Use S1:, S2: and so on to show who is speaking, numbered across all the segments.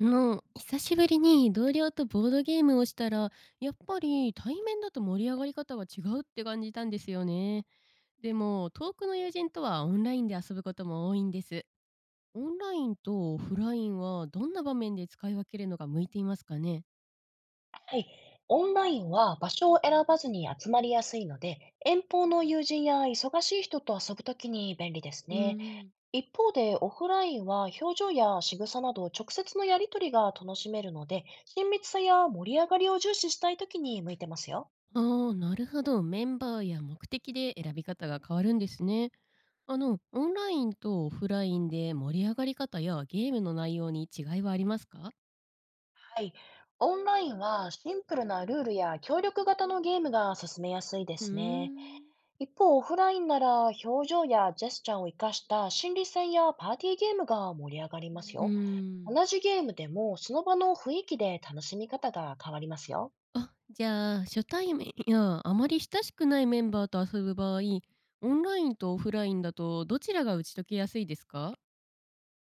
S1: 久しぶりに同僚とボードゲームをしたら、やっぱり対面だと盛り上がり方が違うって感じたんですよね。でも、遠くの友人とはオンラインで遊ぶことも多いんです。オンラインとオフラインはどんな場面で使い分けるのが向いていますかね？
S2: はい。オンラインは場所を選ばずに集まりやすいので、遠方の友人や忙しい人と遊ぶときに便利です
S1: う
S2: ね。
S1: ん。
S2: 一方で、オフラインは表情や仕草など直接のやりとりが楽しめるので、親密さや盛り上がりを重視したいときに向いてますよ。
S1: ああ、なるほど。メンバーや目的で選び方が変わるんですね。オンラインとオフラインで盛り上がり方やゲームの内容に違いはありますか？
S2: はい。オンラインはシンプルなルールや協力型のゲームが進めやすいで
S1: うー
S2: すね。
S1: ん。
S2: 一方、オフラインなら表情やジェスチャーを生かした心理戦やパーティーゲームが盛り上がり
S1: う
S2: ます
S1: ー
S2: よ。
S1: ん。
S2: 同じゲームでもその場の雰囲気で楽しみ方が変わりますよ。
S1: あ、じゃあ、初対面やあまり親しくないメンバーと遊ぶ場合、オンラインとオフラインだとどちらが打ち解けやすいですか？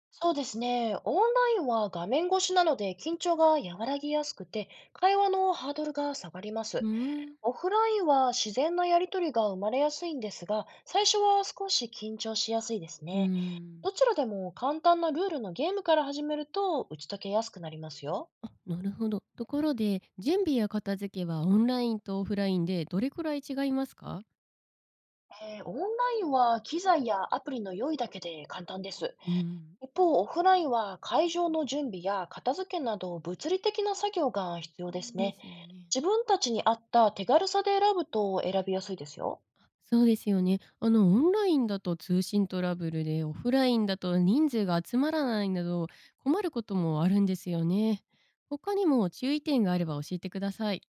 S2: そうですね。オンラインは画面越しなので緊張が和らぎやすくて、会話のハードルが下がりま
S1: うー
S2: す。
S1: ん。
S2: オフラインは自然なやりとりが生まれやすいんですが、最初は少し緊張しやすいです
S1: うー
S2: ね。
S1: ん。
S2: どちらでも簡単なルールのゲームから始めると打ち解けやすくなりますよ。
S1: あ、なるほど。ところで、準備や片付けはオンラインとオフラインでどれくらい違いますか？
S2: オンラインは機材やアプリの用意だけで簡単です。
S1: うん。
S2: 一方、オフラインは会場の準備や片付けなど物理的な作業が必要
S1: う
S2: です
S1: んで
S2: ね。
S1: すよね。
S2: 自分たちに合った手軽さで選ぶと選びやすいですよ。
S1: そうですよね。オンラインだと通信トラブルで、オフラインだと人数が集まらないなど困ることもあるんですよね。他にも注意点があれば教えてください。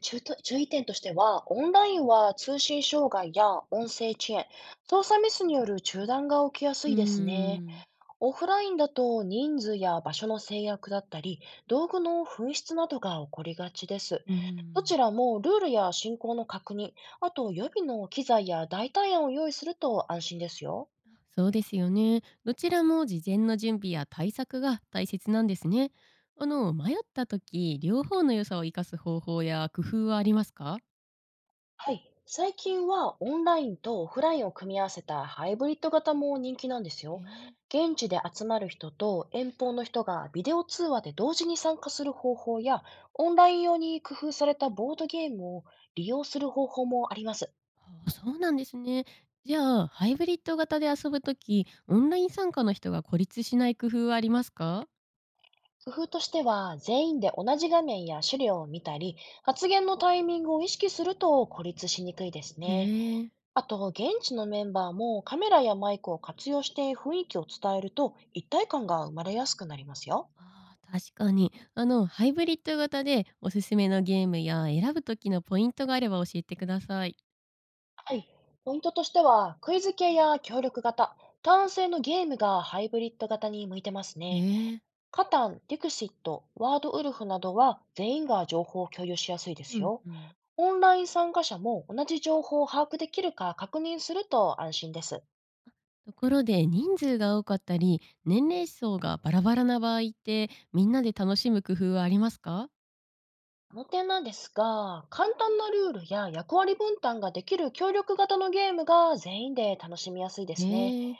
S2: 注意点としては、オンラインは通信障害や音声遅延、操作ミスによる中断が起きやす
S1: う
S2: い
S1: ー
S2: ですね。
S1: ん。
S2: オフラインだと人数や場所の制約だったり、道具の紛失などが起こりがちです。
S1: うー
S2: ど
S1: ん。
S2: ちらもルールや進行の確認、あと予備の機材や代替案を用意すると安心ですよ。
S1: そうですよね。どちらも事前の準備や対策が大切なんですね。迷った時、両方の良さを生かす方法や工夫はありますか？
S2: はい。最近はオンラインとオフラインを組み合わせたハイブリッド型も人気なんです
S1: え
S2: よ。
S1: ー。
S2: 現地で集まる人と遠方の人がビデオ通話で同時に参加する方法や、オンライン用に工夫されたボードゲームを利用する方法もあります。
S1: あー、そうなんですね。じゃあ、ハイブリッド型で遊ぶ時、オンライン参加の人が孤立しない工夫はありますか？
S2: 工夫としては、全員で同じ画面や資料を見たり、発言のタイミングを意識すると孤立しにくいです
S1: へ
S2: ね。
S1: え。
S2: あと、現地のメンバーもカメラやマイクを活用して雰囲気を伝えると一体感が生まれやすくなりますよ。
S1: あー、確かに。ハイブリッド型でおすすめのゲームや選ぶ時のポイントがあれば教えてください。
S2: はい。ポイントとしては、クイズ系や協力型、単性のゲームがハイブリッド型に向いてます
S1: へ
S2: ね。
S1: え。
S2: カタン、ディクシット、ワードウルフなどは全員が情報を共有しやすいで
S1: う
S2: す
S1: ん
S2: よ。
S1: うん。
S2: オンライン参加者も同じ情報を把握できるか確認すると安心です。
S1: ところで人数が多かったり年齢層がバラバラな場合ってみんなで楽しむ工夫はありますか？
S2: この点なんですが、簡単なルールや役割分担ができる協力型のゲームが全員で楽しみやすいで
S1: へ
S2: すね。
S1: え、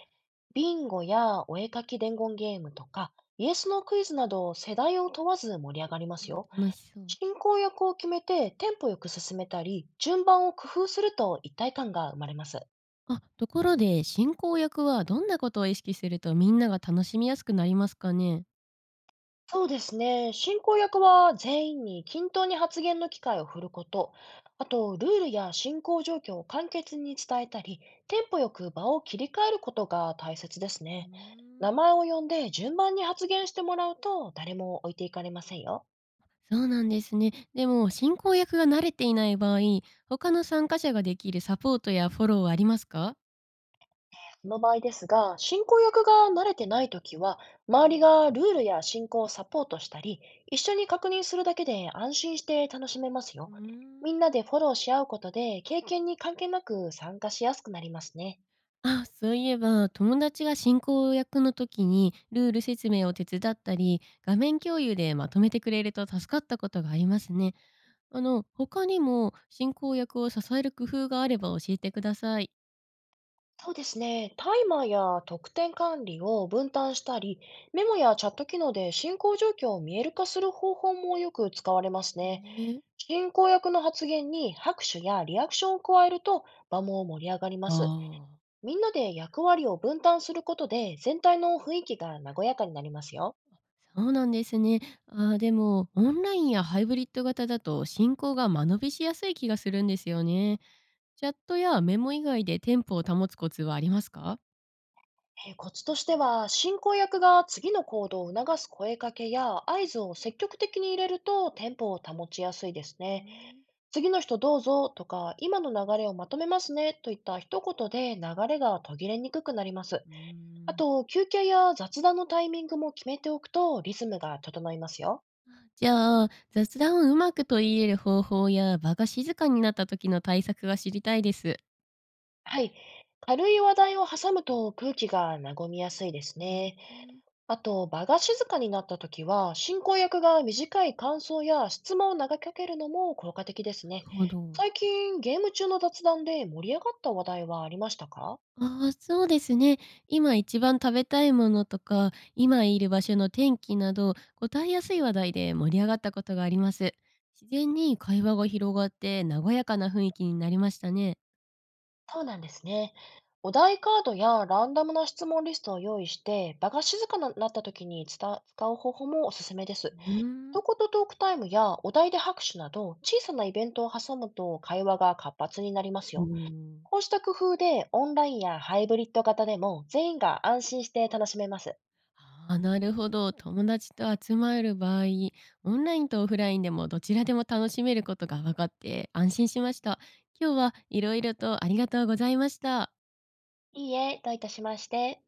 S2: ビンゴやお絵描き伝言ゲームとか、イエスのクイズなど世代を問わず盛り上がりま
S1: あ、
S2: すよ。
S1: 楽しそう。
S2: 進行役を決めてテンポよく進めたり、順番を工夫すると一体感が生まれます。
S1: あ、ところで進行役はどんなことを意識するとみんなが楽しみやすくなりますかね？
S2: そうですね。進行役は全員に均等に発言の機会を振ること、あと、ルールや進行状況を簡潔に伝えたり、テンポよく場を切り替えることが大切です
S1: う
S2: ね。
S1: ーん。
S2: 名前を呼んで順番に発言してもらうと、誰も置いていかれませんよ。
S1: そうなんですね。でも進行役が慣れていない場合、他の参加者ができるサポートやフォローはありますか？
S2: その場合ですが、進行役が慣れてないときは、周りがルールや進行をサポートしたり、一緒に確認するだけで安心して楽しめますよ。
S1: うーん。
S2: みんなでフォローし合うことで、経験に関係なく参加しやすくなりますね。
S1: あ、そういえば、友達が進行役の時にルール説明を手伝ったり、画面共有でまとめてくれると助かったことがありますね。他にも進行役を支える工夫があれば教えてください。
S2: そうですね。タイマーや得点管理を分担したり、メモやチャット機能で進行状況を見える化する方法もよく使われますね。
S1: ね。
S2: 進行役の発言に拍手やリアクションを加えると場も盛り上がりま
S1: あ
S2: す。
S1: あ、
S2: みんなで役割を分担することで全体の雰囲気が和やかになりますよ。
S1: そうなんですね。あー、でも、オンラインやハイブリッド型だと進行が間延びしやすい気がするんですよね。チャットやメモ以外でテンポを保つコツはありますか？
S2: コツとしては、進行役が次の行動を促す声かけや合図を積極的に入れるとテンポを保ちやすいです
S1: うー
S2: ね。
S1: ん。
S2: 次の人どうぞとか、今の流れをまとめますねといった一言で流れが途切れにくくなります。
S1: うー
S2: あ
S1: ん。
S2: と、休憩や雑談のタイミングも決めておくとリズムが整いますよ。
S1: じゃあ、雑談をうまく取り入れる方法や場が静かになった時の対策が知りたいです。
S2: はい。軽い話題を挟むと空気が和みやすいです
S1: うん。
S2: ね。あと、場が静かになった時は、進行役が短い感想や質問を投げかけるのも効果的です
S1: な
S2: ね。
S1: るほど。
S2: 最近、ゲーム中の雑談で盛り上がった話題はありましたか？
S1: ああ、そうですね。今一番食べたいものとか、今いる場所の天気など、答えやすい話題で盛り上がったことがあります。自然に会話が広がって、和やかな雰囲気になりましたね。
S2: そうなんですね。お題カードやランダムな質問リストを用意して、場が静かになった時に使う方法もおすすめです。
S1: うー
S2: 一
S1: ん。
S2: 言トークタイムやお題で拍手など、小さなイベントを挟むと会話が活発になります
S1: う
S2: よ。
S1: ん。
S2: こうした工夫でオンラインやハイブリッド型でも全員が安心して楽しめます。
S1: ああ、なるほど。友達と集まる場合、オンラインとオフラインでもどちらでも楽しめることが分かって安心しました。今日はいろいろとありがとうございました。
S2: いいえ、どういたしまして。